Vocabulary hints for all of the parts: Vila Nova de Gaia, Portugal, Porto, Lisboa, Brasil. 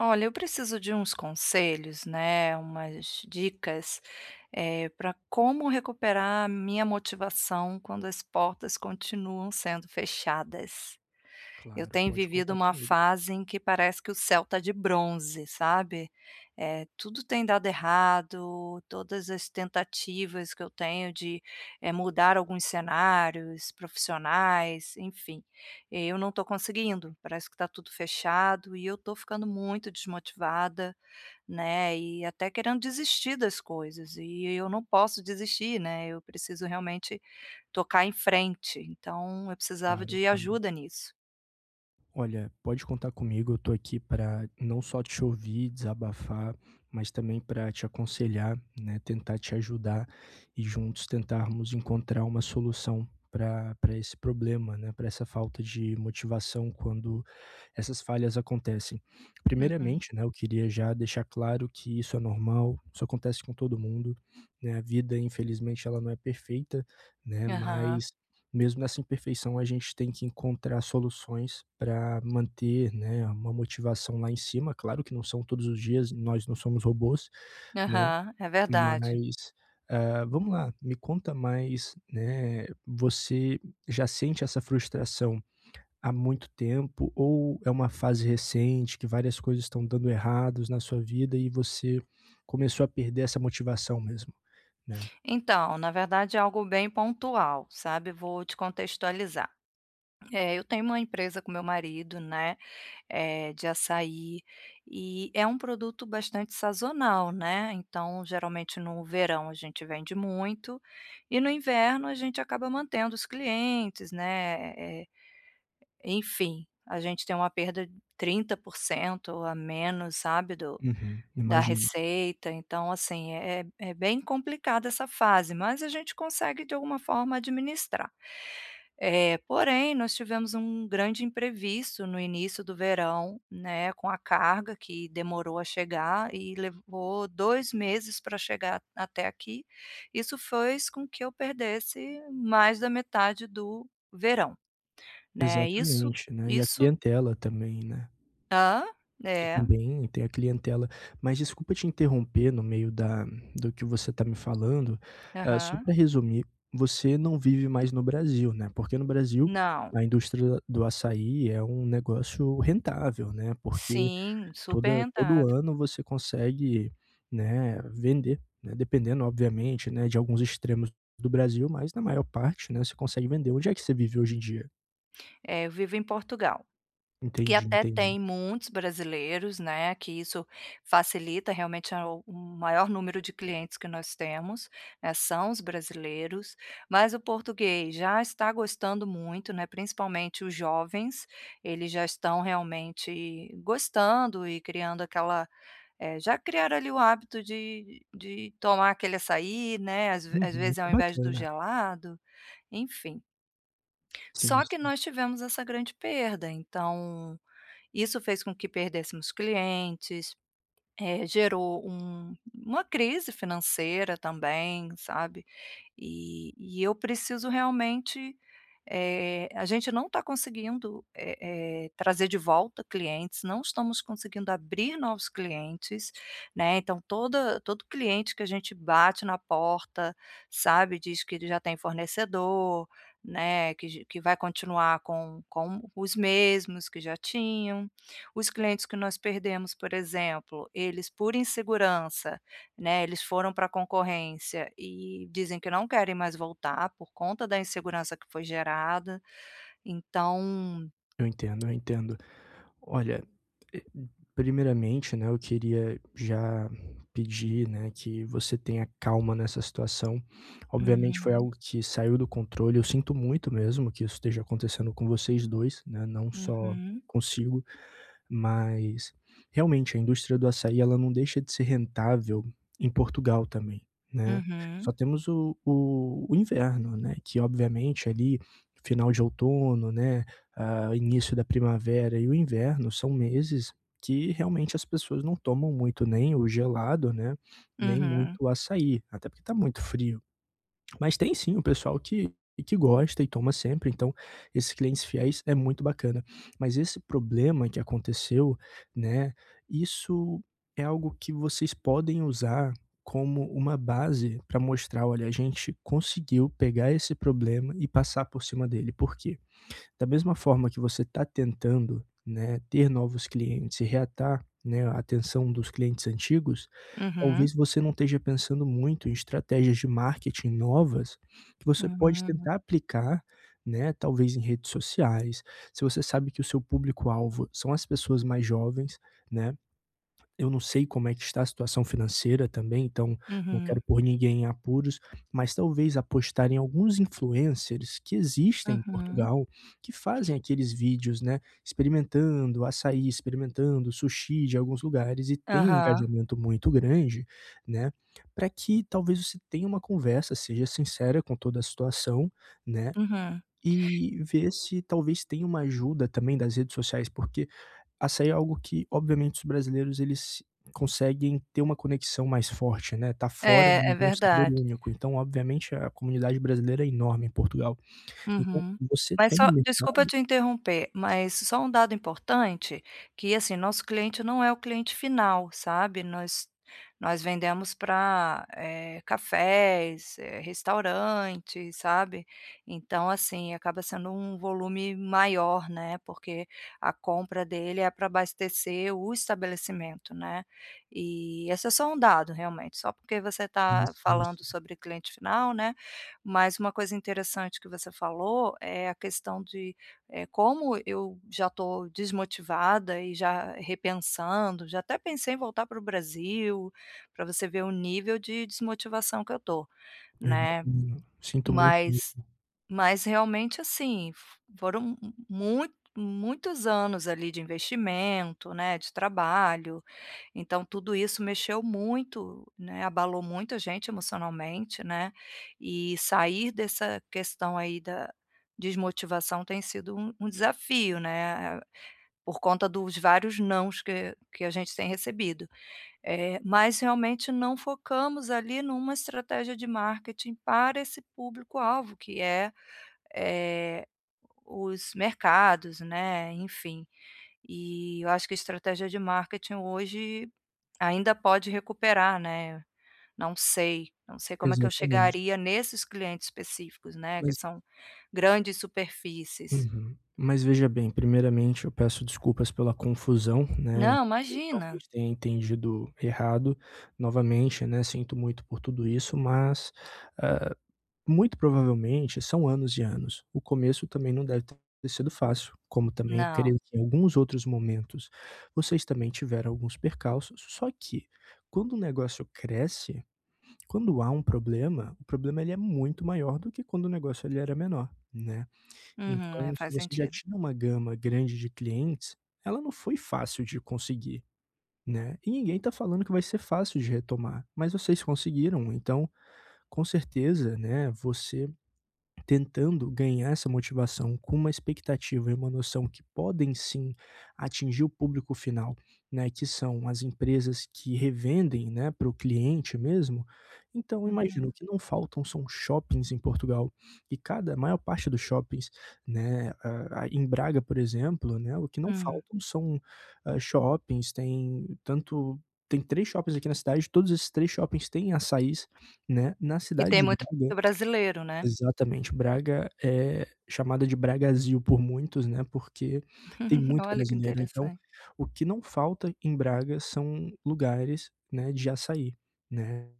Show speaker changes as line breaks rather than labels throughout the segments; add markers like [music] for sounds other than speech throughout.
Olha, eu preciso de uns conselhos, né, umas dicas, para como recuperar a minha motivação quando as portas continuam sendo fechadas. Eu
Claro,
tenho
pode
vivido
contar
uma
comigo.
fase em que parece que o céu está de bronze, sabe. Tudo tem dado errado, todas as tentativas que eu tenho de, mudar alguns cenários profissionais, enfim, eu não estou conseguindo, parece que está tudo fechado e eu estou ficando muito desmotivada, né, e até querendo desistir das coisas e eu não posso desistir, né, eu preciso realmente tocar em frente, então eu precisava
Claro,
de
claro.
ajuda nisso.
Olha, pode contar comigo, eu tô aqui para não só te ouvir, desabafar, mas também para te aconselhar, né, tentar te ajudar e juntos tentarmos encontrar uma solução para esse problema, né. Para essa falta de motivação quando essas falhas acontecem.
Uhum.
Primeiramente, né, eu queria já deixar claro que isso é normal, isso acontece com todo mundo, né, a vida, infelizmente, ela não é perfeita, né,
Aham,
mas mesmo nessa imperfeição, a gente tem que encontrar soluções para manter, né, uma motivação lá em cima. Claro que não são todos os dias, nós não somos robôs, né,
aham, é verdade.
mas, vamos lá, me conta mais, né, você já sente essa frustração há muito tempo ou é uma fase recente que várias coisas estão dando errados na sua vida e você começou a perder essa motivação mesmo, né?
Então, na verdade é algo bem pontual, sabe, vou te contextualizar. É, eu tenho uma empresa com meu marido, né. É de açaí, e é um produto bastante sazonal, né, então geralmente no verão a gente vende muito, e no inverno a gente acaba mantendo os clientes, né, enfim, a gente tem uma perda 30% a menos, sabe, do
Uhum,
da
imagino.
receita. Então assim, é bem complicada essa fase, mas a gente consegue de alguma forma administrar. Porém, nós tivemos um grande imprevisto no início do verão, né, com a carga que demorou a chegar e levou 2 meses para chegar até aqui. Isso fez com que eu perdesse mais da metade do verão, né, isso
Exatamente, né, e a
isso
clientela também, né?
ah,
E
é,
também tem a clientela. Mas desculpa te interromper no meio da do que você está me falando, só
aham.
para resumir, você não vive mais no Brasil, né, porque no Brasil
Não.
a indústria do açaí é um negócio rentável, né, porque
Sim, super
toda todo
rentável.
ano você consegue, né, vender, né, dependendo obviamente, né, de alguns extremos do Brasil, mas na maior parte, né, você consegue vender. Onde é que você vive hoje em dia?
É, eu vivo em Portugal, que
Entendi,
até
entendi.
tem muitos brasileiros, né, que isso facilita, realmente é o maior número de clientes que nós temos, né, são os brasileiros, mas o português já está gostando muito, né, principalmente os jovens, eles já estão realmente gostando e criando aquela já criaram ali o hábito de tomar aquele açaí, né, às
Uhum,
vezes
que
ao invés do
bacana.
gelado, enfim.
Sim,
Só que
sim.
nós tivemos essa grande perda, então isso fez com que perdêssemos clientes, gerou uma crise financeira também, sabe. E eu preciso realmente a gente não está conseguindo, trazer de volta clientes, não estamos conseguindo abrir novos clientes, né, então toda todo cliente que a gente bate na porta, sabe, diz que ele já tem fornecedor, né, que vai continuar com os mesmos que já tinham. Os clientes que nós perdemos, por exemplo, eles por insegurança, né, eles foram para a concorrência e dizem que não querem mais voltar por conta da insegurança que foi gerada, então
Eu entendo, eu entendo. Olha, eh, primeiramente, né, eu queria já pedir, né, que você tenha calma nessa situação. Obviamente foi
uhum,
algo que saiu do controle, eu sinto muito mesmo que isso esteja acontecendo com vocês 2, né, não só
uhum,
consigo. Mas, realmente, a indústria do açaí, ela não deixa de ser rentável em Portugal também, né.
uhum,
Só temos o inverno, né, que obviamente ali, final de outono, né, início da primavera e o inverno são meses que realmente as pessoas não tomam muito nem o gelado, né, nem muito
uhum,
o açaí, até porque está muito frio. Mas tem sim o pessoal que gosta e toma sempre, então esses clientes fiéis é muito bacana. Mas esse problema que aconteceu, né, isso é algo que vocês podem usar como uma base para mostrar: "Olha, a gente conseguiu pegar esse problema e passar por cima dele". Por quê? Da mesma forma que você está tentando, né, ter novos clientes e reatar, né, a atenção dos clientes antigos,
uhum,
talvez você não esteja pensando muito em estratégias de marketing novas que você pode
uhum,
tentar aplicar, né, talvez em redes sociais. Se você sabe que o seu público-alvo são as pessoas mais jovens, né, eu não sei como é que está a situação financeira também, então não
uhum,
quero pôr ninguém em apuros, mas talvez apostar em alguns influencers que existem em
uhum,
Portugal, que fazem aqueles vídeos, né, experimentando açaí, experimentando sushi de alguns lugares e tem um
aham,
engajamento muito grande, né, para que talvez você tenha uma conversa, seja sincera com toda a situação, né,
uhum.
e ver se talvez tenha uma ajuda também das redes sociais, porque açaí é algo que, obviamente, os brasileiros eles conseguem ter uma conexão mais forte, né, tá fora,
É, é
mas é um sabor
verdade.
único. Então, obviamente, a comunidade brasileira é enorme em Portugal. Então,
Uhum.
você
Mas
tem
só
um
desculpa
mercado
te interromper, mas só um dado importante, que assim, nosso cliente não é o cliente final, sabe, nós vendemos para cafés, restaurantes, sabe. Então, assim, acaba sendo um volume maior, né, porque a compra dele é para abastecer o estabelecimento, né. E esse é só um dado, realmente, só porque você
sim,
está
sim,
falando
sim,
sobre cliente final, né. Mas uma coisa interessante que você falou é a questão de, como eu já estou desmotivada e já repensando, já até pensei em voltar para o Brasil, para você ver o nível de desmotivação que eu estou,
eu
né.
imagino. Sinto muito
Mas mas realmente, assim, f foram mui muitos anos ali de investimento, né, de trabalho, então tudo isso mexeu muito, né, abalou muito a gente emocionalmente, né, e sair dessa questão aí da desmotivação tem sido um desafio, né, por conta dos vários nãos que a gente tem recebido. É, mas realmente não focamos ali numa estratégia de marketing para esse público-alvo, que é eh, os mercados, né, enfim. E eu acho que a estratégia de marketing hoje ainda pode recuperar, né. Não sei, não sei como é que eu
exatamente.
chegaria nesses clientes específicos, né, que
Mas
são grandes superfícies.
uhum. Mas veja bem, primeiramente, eu peço desculpas pela confusão, né,
Não,
eu
imagina.
talvez tenha entendido errado. Novamente, né, sinto muito por tudo isso, mas muito provavelmente são anos e anos. O começo também não deve ter sido fácil, como também eu
Não.
creio que em alguns outros momentos vocês também tiveram alguns percalços, só que quando o negócio cresce, quando há um problema, o problema ele é muito maior do que quando o negócio ele era menor, né.
Uhum, é,
Então se
faz
você já
sentido.
tinha uma gama grande de clientes, ela não foi fácil de conseguir, né, e ninguém está falando que vai ser fácil de retomar, mas vocês conseguiram, então com certeza, né, você tentando ganhar essa motivação com uma expectativa e uma noção que podem sim atingir o público final, né, que são as empresas que revendem, né, para o cliente mesmo. Então eu
Uhum.
imagino, que não faltam são shoppings em Portugal, e cada a maior parte dos shoppings, né, a em Braga, por exemplo, né, o que não
Hum.
faltam são, shoppings, tem tanto tem 3 shoppings aqui na cidade, todos esses 3 shoppings têm açaís, né, na
E
cidade
tem
de
muito
Braga.
brasileiro, né.
Exatamente, Braga é chamada de Bragazil por muitos, né, porque tem
[laughs]
muito
Olha que
brasileiro, então
interessante.
o que não falta em Braga são lugares, né, de açaí, né.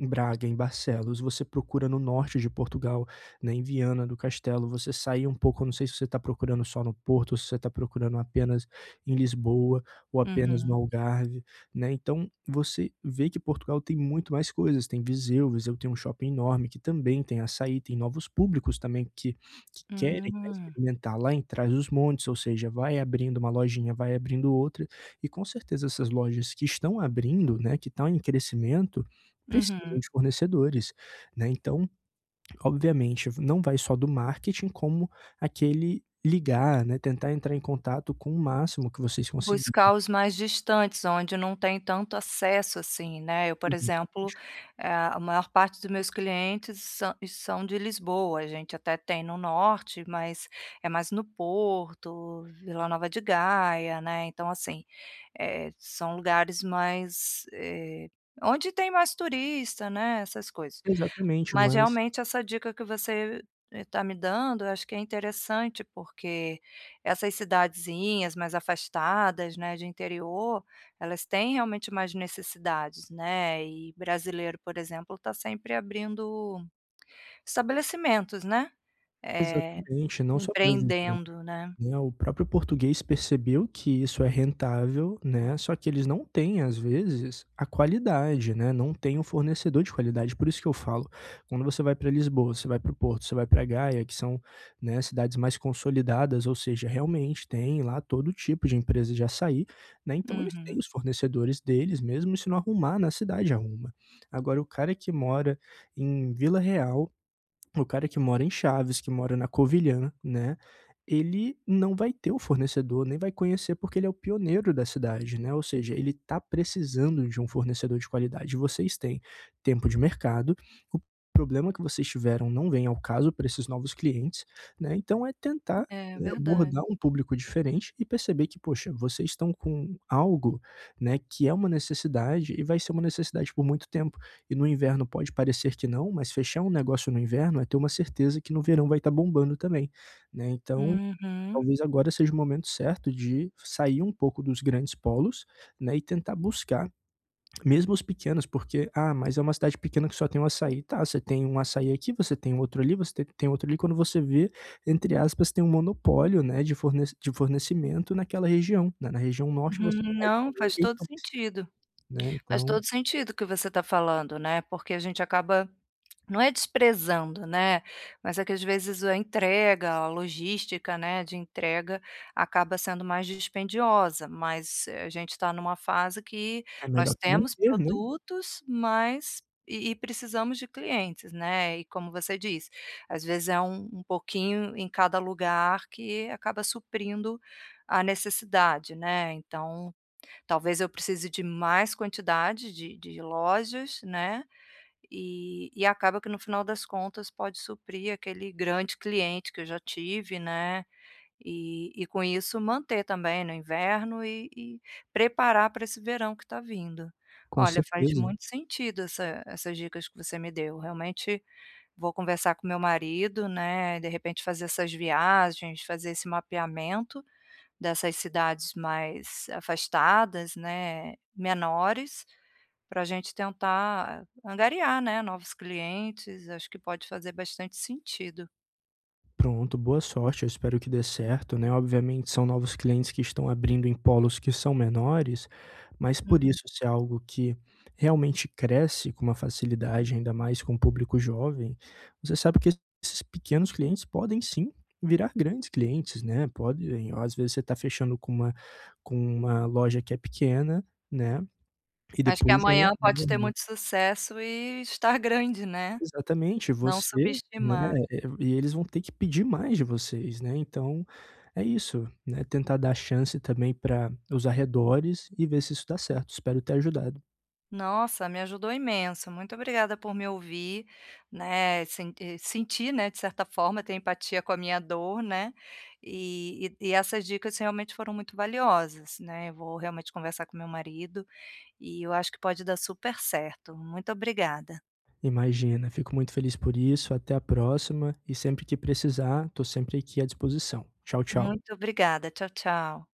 Em Braga, em Barcelos, você procura no norte de Portugal, né, em Viana do Castelo, você sai um pouco, eu não sei se você está procurando só no Porto, se você está procurando apenas em Lisboa ou apenas no
Uhum.
Algarve, né. Então você vê que Portugal tem muito mais coisas, tem Viseu, Viseu tem um shopping enorme que também tem açaí, tem novos públicos também que querem, né,
Hum.
experimentar lá em Trás-os-Montes, ou seja, vai abrindo uma lojinha, vai abrindo outra, e com certeza essas lojas que estão abrindo, né, que estão em crescimento, precisam
Uhum.
de fornecedores, né. Então, obviamente, não vai só do marketing, como aquele ligar, né, tentar entrar em contato com o máximo que vocês conseguirem.
Buscar os mais distantes, onde não tem tanto acesso, assim, né. Eu, por exemplo,
Exatamente.
a maior parte dos meus clientes são de Lisboa, a gente até tem no norte, mas é mais no Porto, Vila Nova de Gaia, né, então assim, são lugares mais, onde tem mais turista, né, essas coisas.
Exatamente,
Mas
mas
realmente essa dica que você está me dando, eu acho que é interessante, porque essas cidadezinhas mais afastadas, né, de interior, elas têm realmente mais necessidades, né, e brasileiro, por exemplo, está sempre abrindo estabelecimentos, né, eh,
exatamente, não só brasileiro,
empreendendo, né.
né, o próprio português percebeu que isso é rentável, né, só que eles não têm, às vezes, a qualidade, né, não tem um fornecedor de qualidade, por isso que eu falo, quando você vai para Lisboa, você vai para o Porto, você vai para Gaia, que são, né, cidades mais consolidadas, ou seja, realmente tem lá todo tipo de empresa de açaí, né, então eles têm
Uhum.
os fornecedores deles mesmo, e se não arrumar na cidade, arruma. Agora o cara que mora em Vila Real, o cara que mora em Chaves, que mora na Covilhã, né, ele não vai ter o fornecedor, nem vai conhecer, porque ele é o pioneiro da cidade, né? Ou seja, ele está precisando de um fornecedor de qualidade. Vocês têm tempo de mercado, o problema que vocês tiveram não vem ao caso para esses novos clientes, né? Então é tentar,
É
né,
verdade.
abordar um público diferente e perceber que, poxa, vocês estão com algo, né, que é uma necessidade e vai ser uma necessidade por muito tempo. E no inverno pode parecer que não, mas fechar um negócio no inverno é ter uma certeza que no verão vai estar bombando também, né. Então,
Uhum.
talvez agora seja o momento certo de sair um pouco dos grandes polos, né, e tentar buscar mesmo os pequenos, porque: "Ah, mas é uma cidade pequena que só tem um açaí", tá, você tem um açaí aqui, você tem outro ali, tem outro ali, quando você vê, entre aspas, tem um monopólio, né, de fornecimento naquela região, né, na região norte você
Uhum.
faz,
Não, faz
ninguém
todo
faz,
sentido.
né,
Faz
então
todo sentido o que você está falando, né, porque a gente acaba. Não é desprezando, né, mas é que às vezes a entrega, a logística, né, de entrega acaba sendo mais dispendiosa, mas a gente está numa fase que
é
nós
melhor que não
temos
ter, né.
produtos, mas e precisamos de clientes, né, e como você disse, às vezes é um pouquinho em cada lugar que acaba suprindo a necessidade, né, então talvez eu precise de mais quantidade de lojas, né, e acaba que no final das contas pode suprir aquele grande cliente que eu já tive, né, e com isso manter também no inverno e preparar para esse verão que está vindo.
Com
Olha, faz
certeza.
muito sentido essas dicas que você me deu, realmente vou conversar com meu marido, né, de repente fazer essas viagens, fazer esse mapeamento, dessas cidades mais afastadas, né, menores, para a gente tentar angariar, né, novos clientes, acho que pode fazer bastante sentido.
Pronto, boa sorte, eu espero que dê certo, né. Obviamente são novos clientes que estão abrindo em polos que são menores, mas por
Uhum.
isso se é algo que realmente cresce com uma facilidade, ainda mais com o público jovem, você sabe que esses pequenos clientes podem sim virar grandes clientes, né, podem às vezes você está fechando com uma loja que é pequena, né, e
Acho que
depois já é
amanhã pode ter
enorme.
muito sucesso e estar grande, né,
Exatamente,
não
você, né,
subestimar.
e eles vão ter que pedir mais de vocês, né, então é isso, né, tentar dar chance também para os arredores e ver se isso dá certo, espero ter ajudado.
Nossa, me ajudou imenso. Muito obrigada por me ouvir, né, sentir, né, de certa forma, ter empatia com a minha dor, né, e essas dicas realmente foram muito valiosas, né. Eu vou realmente conversar com meu marido e eu acho que pode dar super certo. Muito obrigada.
Imagina, fico muito feliz por isso, até a próxima e sempre que precisar, tô sempre aqui à disposição. Tchau, tchau.
Muito obrigada. Tchau, tchau.